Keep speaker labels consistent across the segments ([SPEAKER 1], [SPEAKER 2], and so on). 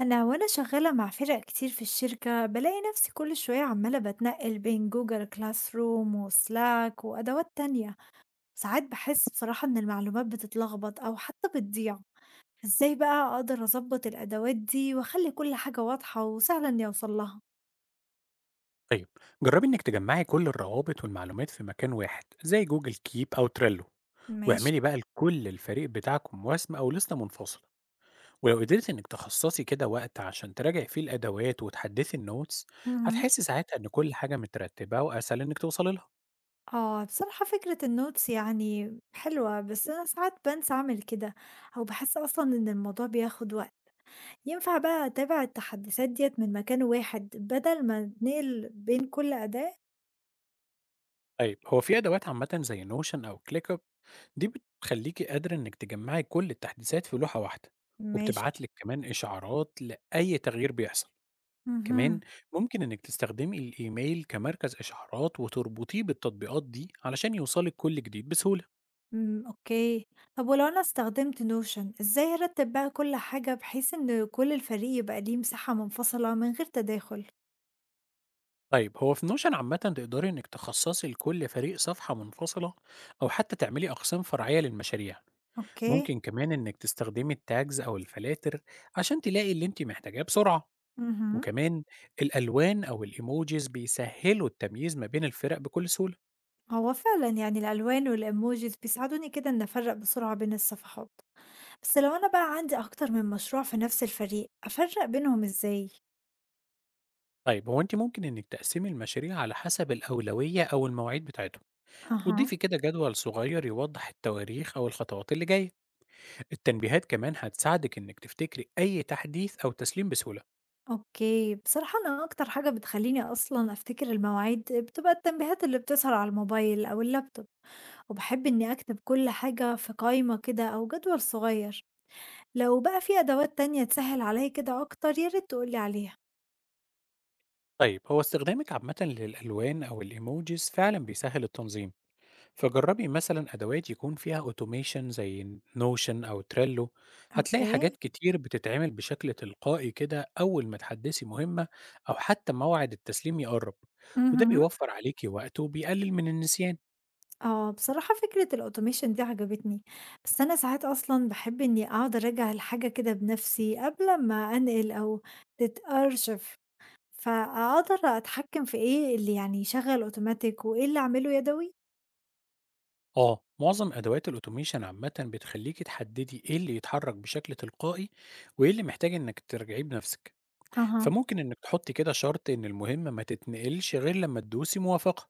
[SPEAKER 1] أنا شغالة مع فرق كتير في الشركة بلاقي نفسي كل شوية عمالة بتنقل بين جوجل كلاس روم وسلاك وأدوات تانية. ساعات بحس بصراحة إن المعلومات بتتلخبط أو حتى بتضيع. إزاي بقى أقدر أظبط الأدوات دي وأخلي كل حاجة واضحة وسهلة إني أوصل لها؟
[SPEAKER 2] طيب، جربي إنك تجمعي كل الروابط والمعلومات في مكان واحد زي جوجل كيب أو تريلو.
[SPEAKER 1] ماشي.
[SPEAKER 2] واعملي بقى لكل الفريق بتاعكم وسم أو لستة منفصلة، ولو قدرت إنك تخصصي كده وقت عشان تراجعي فيه الأدوات وتحدثي النوتس
[SPEAKER 1] مهم.
[SPEAKER 2] هتحسي ساعتها إن كل حاجة مترتبة وأسهل إنك توصلي لها.
[SPEAKER 1] آه بصراحة فكرة النوتس يعني حلوة، بس أنا ساعات بنسى أعمل كده أو بحس أصلا إن الموضوع بياخد وقت. ينفع بقى أتابع التحديثات ديّة من مكان واحد بدل ما أتنقل بين كل أداة؟
[SPEAKER 2] طيب، هو في أدوات عامة زي نوشن أو كليك أب، دي بتخليكي قادرة إنك تجمعي كل التحديثات في لوحة واحدة
[SPEAKER 1] ماشي.
[SPEAKER 2] وبتبعتلك كمان إشعارات لأي تغيير بيحصل. كمان
[SPEAKER 1] اهم،
[SPEAKER 2] ممكن إنك تستخدمي الإيميل كمركز إشعارات وتربطيه بالتطبيقات دي علشان يوصلك كل جديد بسهولة.
[SPEAKER 1] إمم، أوكي. طب ولو أنا استخدمت notion إزاي أرتب بقى كل حاجة بحيث إن كل الفريق يبقى ليه مساحة منفصلة من غير تداخل؟
[SPEAKER 2] طيب، هو في نوشن عامة تقدري إنك تخصصي لكل فريق صفحة منفصلة أو حتى تعملي أقسام فرعية للمشاريع.
[SPEAKER 1] أوكي.
[SPEAKER 2] ممكن كمان إنك تستخدمي التاجز أو الفلاتر عشان تلاقي اللي أنت محتاجاه بسرعة.
[SPEAKER 1] اهم.
[SPEAKER 2] وكمان الألوان أو الإيموجيز بيسهلوا التمييز ما بين الفرق بكل سهولة.
[SPEAKER 1] هو فعلًا يعني الألوان والemojis بيساعدوني كده إني أفرّق بسرعة بين الصفحات، بس لو أنا بقى عندي أكتر من مشروع في نفس الفريق أفرّق بينهم إزاي؟
[SPEAKER 2] طيب، هو أنت ممكن إنك تقسمي المشاريع على حسب الأولوية أو المواعيد بتاعتهم.
[SPEAKER 1] أها.
[SPEAKER 2] وضيفي كده جدول صغير يوضح التواريخ أو الخطوات اللي جاية. التنبيهات كمان هتساعدك إنك تفتكري أي تحديث أو تسليم بسهولة.
[SPEAKER 1] أوكي، بصراحة أنا أكتر حاجة بتخلّيني أصلًا أفتكر المواعيد بتبقى التنبيهات اللي بتظهر على الموبايل أو اللابتوب، وباحب إني أكتب كل حاجة في قايمة كده أو جدول صغير، لو بقى في أدوات تانية تسهّل عليَّ كده أكتر يا ريت تقول لي عليها.
[SPEAKER 2] طيب، هو استخدامك عامة للألوان أو الإيموجيز فعلا بيسهل التنظيم، فجربي مثلا أدوات يكون فيها أوتوميشن زي نوشن أو تريلو. هتلاقي
[SPEAKER 1] أوكي.
[SPEAKER 2] حاجات كتير بتتعمل بشكل تلقائي كده أول ما تحدثي مهمة أو حتى موعد التسليم يقرب، وده
[SPEAKER 1] اهم.
[SPEAKER 2] بيوفر عليكي وقت وبيقلل من النسيان.
[SPEAKER 1] آه، بصراحة فكرة الautomation دي عجبتني، بس أنا ساعات أصلًا باحب إني أقعد أراجع الحاجة كده بنفسي قبل ما أنقل أو تتأرشف. فأقدر أتحكم في إيه اللي يعني يشغّل أوتوماتيك وإيه اللي أعمله يدوي؟
[SPEAKER 2] آه، معظم أدوات الأوتوميشن عامةً بتخلّيكِ تحددي إيه اللي يتحرك بشكل تلقائي، وإيه اللي محتاج إنِّك تراجعيه بنفسِك،
[SPEAKER 1] أها.
[SPEAKER 2] فممكن إنِّك تحطّي كده شرط إن المهمة ما تتنقلش غير لمّا تدوسي موافقة،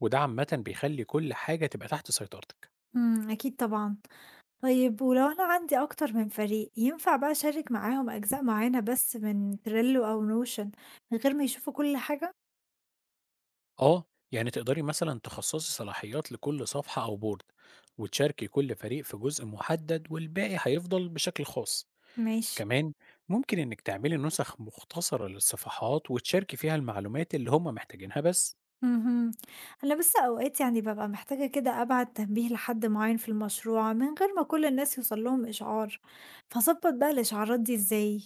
[SPEAKER 2] وده عامةً بيخلّي كل حاجة تبقى تحت سيطرتِك.
[SPEAKER 1] إمم، أكيد طبعًا. طيب ولو أنا عندي أكتر من فريق، ينفع بقى أشارك معاهم أجزاء معيّنة بس من Trello أو Notion من غير ما يشوفوا كل حاجة؟
[SPEAKER 2] آه، يعني تقدري مثلًا تخصّصي صلاحيات لكل صفحة أو بورد، وتشاركي كل فريق في جزء محدد والباقي هيفضل بشكل خاص.
[SPEAKER 1] ماشي.
[SPEAKER 2] كمان ممكن إنِّك تعملي نسخ مختصرة للصفحات وتشاركي فيها المعلومات اللي هم محتاجينها بس.
[SPEAKER 1] اهم. أنا بس أوقات يعني بابقى محتاجة كده أبعت تنبيه لحد معيّن في المشروع من غير ما كل الناس يوصل لهم إشعار، فاضبط بقى الإشعارات دي إزاي؟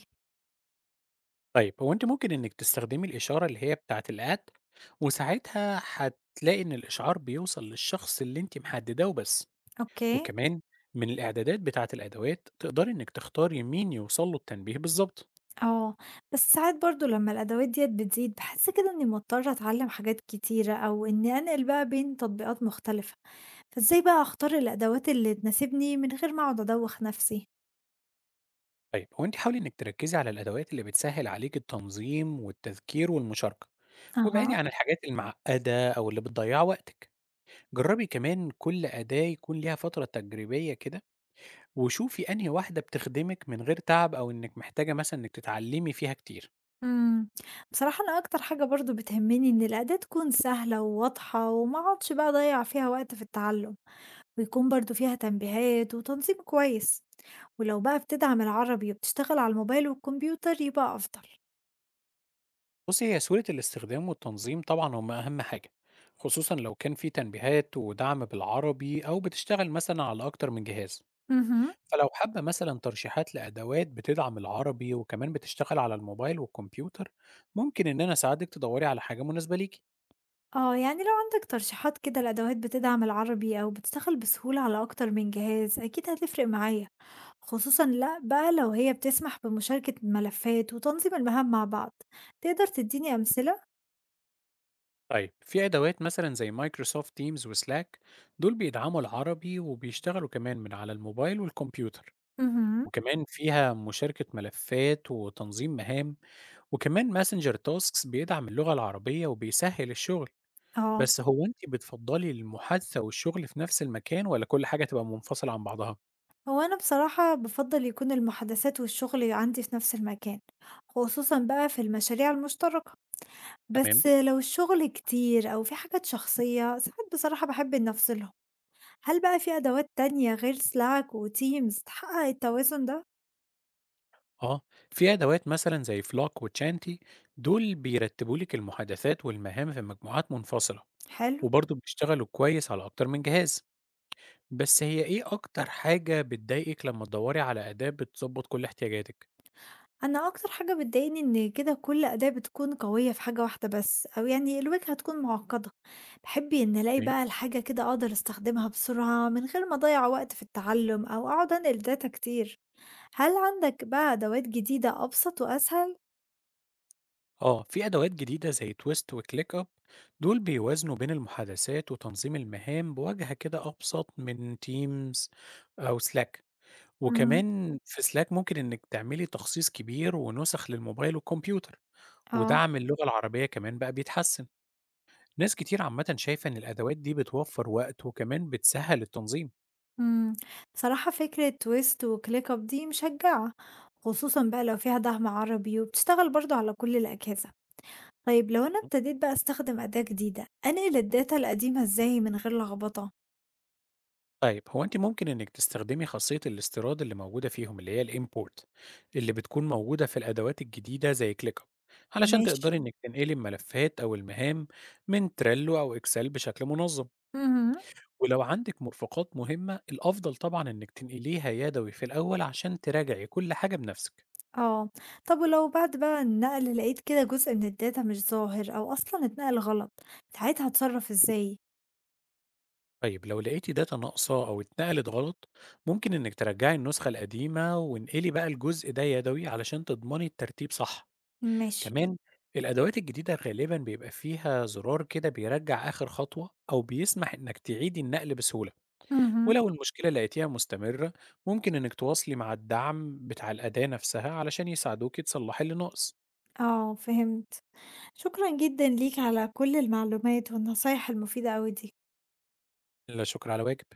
[SPEAKER 2] طيب، هو أنتِ ممكن إنِّك تستخدمي الإشارة اللي هي بتاعة الapp، وساعتها هتلاقي إن الإشعار بيوصل للشخص اللي أنتِ محدداه وبس.
[SPEAKER 1] أوكي.
[SPEAKER 2] وكمان من الإعدادات بتاعة الأدوات تقدري إنِّك تختاري مين يوصل له التنبيه بالضبط.
[SPEAKER 1] آه، بس ساعات برضه لمّا الأدوات ديّة بتزيد باحس كده إنّي مضطرة أتعلّم حاجات كتيرة أو إنّي أنقل بقى بين تطبيقات مختلفة، فإزاي بقى أختار الأدوات اللي تناسبني من غير ما أقعد أدوّخ نَفْسي؟
[SPEAKER 2] طيب، هو أنتِ حاولي إنِّك تركّزي على الأدوات اللي بتسهّل عليكِ التنظيم والتذكير والمشاركة، وابعدي
[SPEAKER 1] أها.
[SPEAKER 2] عن الحاجات المعقدة أو اللي بتضيّع وقتِك. جرّبي كمان كل أداة يكون ليها فترة تجريبية كده، وشوفي أنهي واحدة بتخدمِك من غير تعب أو إنِّك محتاجة مثلًا إنِّك تتعلّمي فيها كتير.
[SPEAKER 1] إمم، بصراحة أنا أكتر حاجة برضه بتهمّني إن الأداة تكون سهلة وواضحة وما أقعدش بقى أضيّع فيها وقت في التعلُّم، ويكون برضه فيها تنبيهات وتنظيم كويس، ولو بقى بتدعم العربي وبتشتغل على الموبايل والكمبيوتر يبقى أفضل.
[SPEAKER 2] بُصّي، هي سهولة الاستخدام والتنظيم طبعًا هم أهم حاجة، خصوصًا لو كان في تنبيهات ودعم بالعربي أو بتشتغل مثلًا على أكتر من جهاز.
[SPEAKER 1] اهم.
[SPEAKER 2] فلو حابة مثلًا ترشيحات لأدوات بتدعم العربي وكمان بتشتغل على الموبايل والكمبيوتر، ممكن إن أنا أساعدِك تدوّري على حاجة مناسبة ليكِ.
[SPEAKER 1] آه، يعني لو عندك ترشيحات كده لأدوات بتدعم العربي أو بتشتغل بسهولة على أكتر من جهاز أكيد هتفرق معايا، خصوصا لأ بقى لو هي بتسمح بمشاركة ملفات وتنظيم المهام مع بعض. تقدر تديني أمثلة؟
[SPEAKER 2] طيب، في أدوات مثلًا زي Microsoft Teams وSlack، دول بيدعموا العربي وبيشتغلوا كمان من على الموبايل والكمبيوتر.
[SPEAKER 1] مهم.
[SPEAKER 2] وكمان فيها مشاركة ملفات وتنظيم مهام. وكمان ماسنجر تاسكس بيدعم اللغة العربية وبيسهل الشغل.
[SPEAKER 1] اه.
[SPEAKER 2] بس هو انت بتفضلي المحادثة والشغل في نفس المكان ولا كل حاجة تبقى منفصلة عن بعضها؟
[SPEAKER 1] هو أنا بصراحة بفضل يكون المحادثات والشغل عندي في نفس المكان، خصوصا بقى في المشاريع المشتركة،
[SPEAKER 2] تمام.
[SPEAKER 1] بس لو الشغل كتير أو في حاجات شخصية ساعات بصراحة بحب إني أفصلهم. هل بقى في أدوات تانية غير Slack وTeams تحقق التوازن ده؟
[SPEAKER 2] اه، في ادوات مثلا زي فلاك وتشانتي، دول بيرتبوا لك المحادثات والمهام في مجموعات منفصلة،
[SPEAKER 1] حلو.
[SPEAKER 2] وبرضه بيشتغلوا كويس على اكتر من جهاز. بس هي ايه اكتر حاجة بتضايقك لما تدوري على اداة بتظبط كل احتياجاتك؟
[SPEAKER 1] أنا أكتر حاجة بتضايقني إن كده كل أداة بتكون قوية في حاجة واحدة بس أو يعني الواجهة تكون معقدة. بحب إن ألاقي بقى الحاجة كده أقدر أستخدمها بسرعة من غير ما أضيع وقت في التعلم أو أقعد أنقل داتا كتير. هل عندك بقى أدوات جديدة أبسط وأسهل؟
[SPEAKER 2] آه، في أدوات جديدة زي تويست وكليك أب، دول بيوازنوا بين المحادثات وتنظيم المهام بواجهة كده أبسط من تيمز أو سلاك.
[SPEAKER 1] مهم.
[SPEAKER 2] وكمان في سلاك ممكن إنك تعملي تخصيص كبير ونسخ للموبايل والكمبيوتر.
[SPEAKER 1] اه.
[SPEAKER 2] ودعم اللغة العربية كمان بقى بيتحسن. ناس كتير عامة شايفة إن الأدوات دي بتوفر وقت وكمان بتسهل التنظيم.
[SPEAKER 1] امم، بصراحة فكرة تويست وكليك اب دي مشجعة، خصوصا بقى لو فيها دعم عربي وبتشتغل برضو على كل الأجهزة. طيب لو أنا ابتديت بقى أستخدم أداة جديدة، أنقل الdata القديمة إزاي من غير لخبطة؟
[SPEAKER 2] طيب، هو انت ممكن انك تستخدمي خاصية الاستيراد اللي موجودة فيهم اللي هي الامبورت، اللي بتكون موجودة في الادوات الجديدة زي ClickUp، علشان
[SPEAKER 1] ماشي.
[SPEAKER 2] تقدري انك تنقلي الملفات او المهام من تريلو او اكسل بشكل منظم.
[SPEAKER 1] اهم.
[SPEAKER 2] ولو عندك مرفقات مهمة الافضل طبعا انك تنقليها يدوي في الاول عشان تراجعي كل حاجة بنفسك.
[SPEAKER 1] آه. طب ولو بعد بقى النقل لقيت كده جزء من الdata مش ظاهر أو أصلًا اتنقل غلط، ساعتها أتصرف إزاي؟
[SPEAKER 2] طيب، لو لقيتي داتا ناقصة أو اتنقلت غلط، ممكن إنك ترجعي النسخة القديمة وانقلي بقى الجزء ده يدوي علشان تضمني الترتيب صح.
[SPEAKER 1] ماشي.
[SPEAKER 2] كمان الأدوات الجديدة غالبًا بيبقى فيها زرار كده بيرجّع آخر خطوة أو بيسمح إنك تعيدي النقل بسهولة.
[SPEAKER 1] اهم.
[SPEAKER 2] ولو المشكلة لقيتيها مستمرة، ممكن إنك تواصلي مع الدعم بتاع الأداة نفسها علشان يساعدوكِ تصلحي اللي ناقص.
[SPEAKER 1] آه فهمت. شكرًا جدًا ليك على كل المعلومات والنصايح المفيدة أوي دي.
[SPEAKER 2] لا شكر على واجب.